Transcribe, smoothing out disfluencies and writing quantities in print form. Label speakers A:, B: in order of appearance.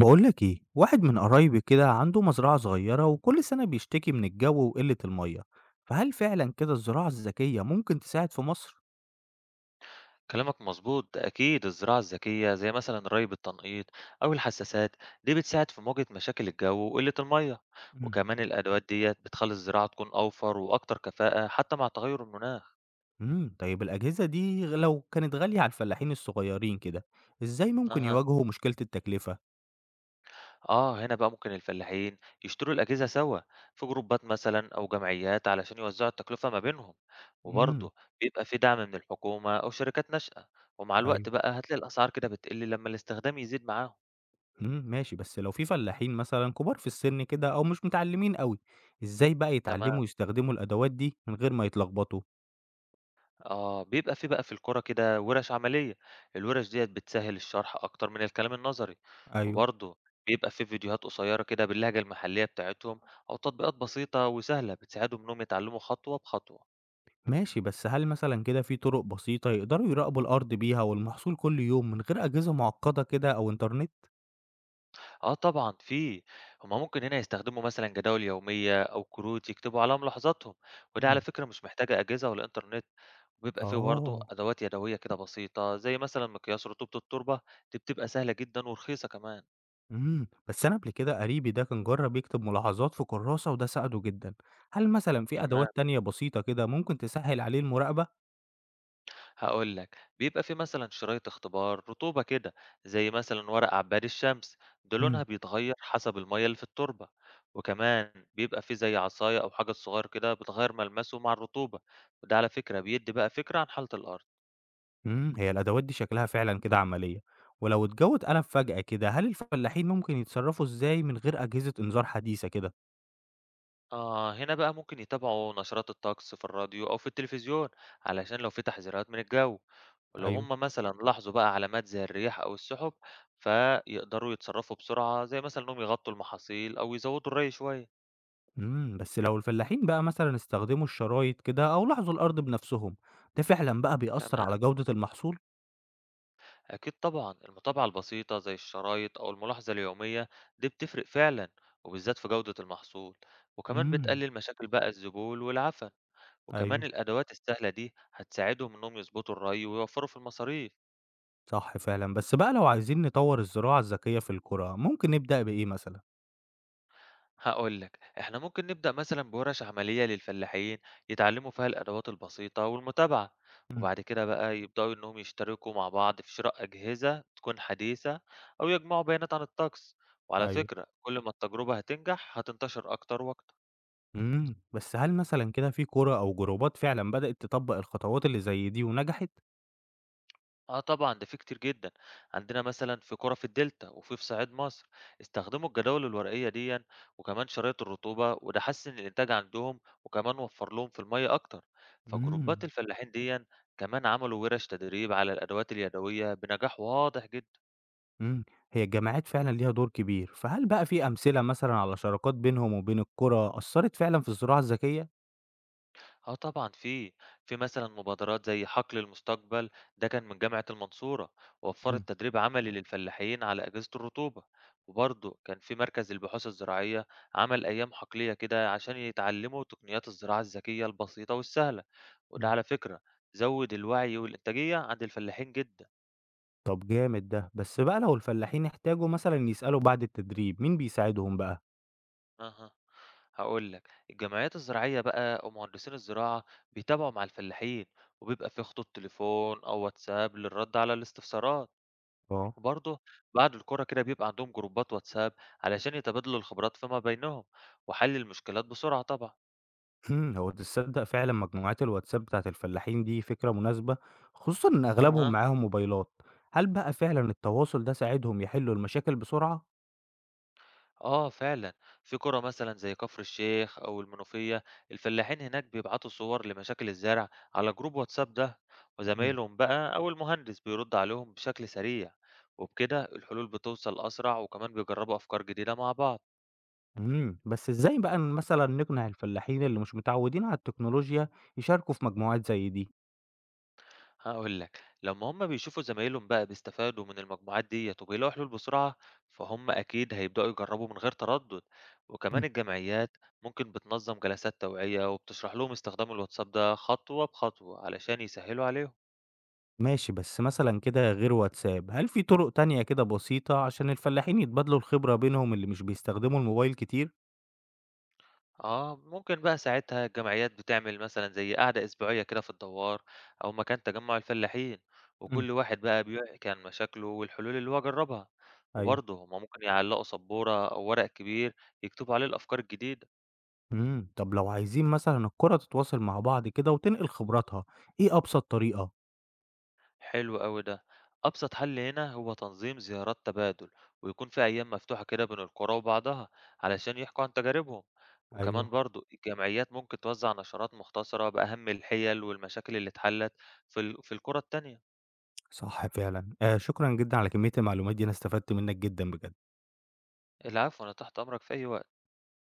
A: بقولك ايه واحد من قرايبي كده عنده مزرعة صغيرة وكل سنة بيشتكي من الجو وقلة المية، فهل فعلا كده الزراعة الذكية ممكن تساعد في مصر؟
B: كلامك مظبوط، ده أكيد الزراعة الذكية زي مثلا ري بالتنقيط أو الحساسات دي بتساعد في مواجهة مشاكل الجو وقلة المية.
A: مم.
B: وكمان الأدوات ديت بتخلي الزراعة تكون أوفر وأكتر كفاءة حتى مع تغير المناخ.
A: طيب، الأجهزة دي لو كانت غالية على الفلاحين الصغيرين كده، ازاي ممكن
B: أها،
A: يواجهوا مشكلة التكلفة؟
B: آه، هنا بقى ممكن الفلاحين يشتروا الأجهزة سوا في جروبات مثلا أو جمعيات علشان يوزعوا التكلفة ما بينهم.
A: امم.
B: وبرضه بيبقى في دعم من الحكومة أو شركات ناشئة، ومع
A: ايوه.
B: الوقت بقى هتلاقي الأسعار كده بتقل لما الاستخدام يزيد معاهم.
A: ماشي، بس لو في فلاحين مثلا كبار في السن كده او مش متعلمين قوي، ازاي بقى
B: تمام.
A: يتعلموا يستخدموا الأدوات دي من غير ما يتلخبطوا؟
B: آه، بيبقى في القرى كده وِرَش عملية، الوِرَش ديّة بتسهّل الشرح أكتر من الكلام النظري،
A: ايوه.
B: وبرضه بيبقى في فيديوهات قصيّرة كده باللهجة المحلية بتاعتهم أو تطبيقات بسيطة وسهلة بتساعدهم إنّهم يتعلّموا خطوة بخطوة.
A: ماشي، بس هل مثلًا كده في طرق بسيطة يقدروا يراقبوا الأرض بيها والمحصول كل يوم من غير أجهزة معقدة كده أو إنترنت؟
B: آه طبعًا في، هم ممكن هنا يستخدموا مثلًا جداول يومية أو كروت يكتبوا عليها ملاحظاتهم، وده على
A: مم.
B: فكرة مش محتاجة أجهزة ولا إنترنت، وبيبقى في برضه
A: آه.
B: أدوات يدوية كده بسيطة زي مثلًا مقياس رطوبة التربة، دي بتبقى سهلة جدًا ورخيصة كمان.
A: بس أنا قبل كده قريبي ده كان جرب يكتب ملاحظات في كراسة وده ساعده جدًا، هل مثلًا في
B: تمام.
A: أدوات تانية بسيطة كده ممكن تسهل عليه المراقبة؟
B: هاقول لك، بيبقى في مثلًا شرايط اختبار رطوبة كده، زي مثلًا ورق عباد الشمس، ده لونها
A: مم.
B: بيتغيّر حسب المَيّة اللي في التربة، وكمان بيبقى في زي عصاية أو حجر صغير كده بتغيّر ملمسه مع الرطوبة، وده على فكرة بيدّي بقى فكرة عن حالة الأرض.
A: هي الأدوات دي شكلها فعلًا كده عملية، ولو الجو اتقلب فجأة كده هل الفلاحين ممكن يتصرفوا إزاي من غير أجهزة إنذار حديثة كده؟
B: آه، هنا بقى ممكن يتابعوا نشرات الطقس في الراديو أو في التلفزيون، علشان لو في تحذيرات من الجو، ولو
A: أيوه.
B: هم مثلًا لاحظوا بقى علامات زي الرياح أو السحب، فيقدروا يتصرّفوا بسرعة، زي مثلًا إنهم يغطّوا المحاصيل أو يزوّدوا الري شوية.
A: بس لو الفلاحين بقى مثلًا استخدموا الشرايط كده أو لاحظوا الأرض بنفسهم، ده فعلًا بقى بيأثّر
B: تمام.
A: على جودة المحصول؟
B: أكيد طبعا المتابعة البسيطة زي الشرايط أو الملاحظة اليومية دي بتفرق فعلا، وبالذات في جودة المحصول، وكمان
A: إمم،
B: بتقلل مشاكل بقى الذبول والعفن. وكمان
A: أيوه،
B: الأدوات السهلة دي هتساعدهم إنهم يظبطوا الري ويوفروا في المصاريف.
A: صح فعلًا، بس بقى لو عايزين نطوّر الزراعة الذكية في القرى، ممكن نبدأ بإيه مثلًا؟
B: هاقول لك، إحنا ممكن نبدأ مثلًا بورش عملية للفلاحين يتعلموا فيها الأدوات البسيطة والمتابعة،
A: إمم،
B: وبعد كده بقى يبدأوا إنهم يشتركوا مع بعض في شراء أجهزة تكون حديثة أو يجمعوا بيانات عن الطقس، وعلى
A: أيوه.
B: فكرة كل ما التجربة هتنجح هتنتشر أكتر وأكتر.
A: بس هل مثلًا كده في قرى أو جروبات فعلًا بدأت تطبّق الخطوات اللي زي دي ونجحت؟
B: آه طبعًا، ده فيه كتير جدًا، عندنا مثلًا في قرى في الدلتا وفي صعيد مصر استخدموا الجداول الورقية ديًا وكمان شرايط الرطوبة، وده حسّن الإنتاج عندهم وكمان وفّر لهم في المَيّة أكتر، فجروبات
A: إمم.
B: الفلاحين ديًا كمان عملوا وِرش تدريب على الأدوات اليدوية بنجاح واضح جدًا.
A: إمم، هي الجمعيات فعلًا ليها دور كبير، فهل بقى في أمثلة مثلًا على شراكات بينهم وبين القرى أثّرت فعلًا في الزراعة الذكية؟
B: آه طبعًا في، في مثلًا مبادرات زي حقل المستقبل ده كان من جامعة المنصورة،
A: إمم،
B: ووفّرت تدريب عملي للفلاحين على أجهزة الرطوبة، وبرضه كان في مركز البحوث الزراعية عمل أيام حقلية كده عشان يتعلموا تقنيات الزراعة الذكية البسيطة والسهلة، وده
A: إمم.
B: على فكرة زوّد الوعي والإنتاجية عند الفلاحين جدًا.
A: طب جامد ده، بس بقى لو الفلاحين احتاجوا مثلًا يسألوا بعد التدريب، مين بيساعدهم بقى؟
B: أها، هاقول لك الجمعيات الزراعية بقى ومهندسين الزراعة بيتابعوا مع الفلاحين، وبيبقى في خطوط تليفون أو واتساب للرد على الاستفسارات.
A: آه.
B: وبرضه بعد الكرة كده بيبقى عندهم جروبات واتساب علشان يتبادلوا الخبرات فيما بينهم وحل المشكلات بسرعة طبعا.
A: هو تصدق فعلًا مجموعات الواتساب بتاعة الفلاحين دي فكرة مناسبة، خصوصًا إن أغلبهم
B: اها،
A: معاهم موبايلات، هل بقى فعلًا التواصل ده ساعدهم يحلوا المشاكل بسرعة؟
B: آه فعلا، في قرى مثلا زي كفر الشيخ أو المنوفية الفلاحين هناك بيبعتوا صور لمشاكل الزرع على جروب واتساب ده،
A: إمم.
B: وزمايلهم بقى أو المهندس بيرد عليهم بشكل سريع، وبكده الحلول بتوصل أسرع وكمان بيجربوا أفكار جديدة مع بعض.
A: بس إزاي بقى مثلًا نقنع الفلاحين اللي مش متعودين على التكنولوجيا يشاركوا في مجموعات زي دي؟
B: هاقول لك، لمّا هُم بيشوفوا زمايلهم بقى بيستفادوا من المجموعات ديّة وبيلاقوا حلول بسرعة، فهُم أكيد هيبدأوا يجربوا من غير تردد، وكمان الجمعيات ممكن بتنظم جلسات توعية وبتشرح لهم استخدام الواتساب ده خطوة بخطوة علشان يسهلوا عليهم.
A: ماشي، بس مثلًا كده غير واتساب، هل في طرق تانية كده بسيطة عشان الفلاحين يتبادلوا الخبرة بينهم اللي مش بيستخدموا الموبايل كتير؟
B: آه، ممكن بقى ساعتها الجمعيات بتعمل مثلًا زي قعدة أسبوعية كده في الدوار أو مكان تجمع الفلاحين،
A: مم.
B: وكل واحد بقى بيحكي عن مشاكله والحلول اللي هو جربها،
A: أيوه.
B: وبرضه هُم ممكن يعلقوا سبورة أو ورق كبير يكتبوا عليه الأفكار الجديدة.
A: طب لو عايزين مثلًا القرى تتواصل مع بعض كده وتنقل خبراتها، إيه أبسط طريقة؟
B: حلو أوي ده. أبسط حل هنا هو تنظيم زيارات تبادل ويكون في أيام مفتوحة كده بين القرى وبعضها علشان يحكوا عن تجاربهم، وكمان
A: أيوه،
B: برضو الجمعيات ممكن توزع نشرات مختصرة بأهم الحيل والمشاكل اللي اتحلت في القرى التانية.
A: صح فعلًا، شكرًا جدًا على كمية المعلومات دي أنا استفدت منك جدًا بجد.
B: العفو، أنا تحت أمرك في أي وقت.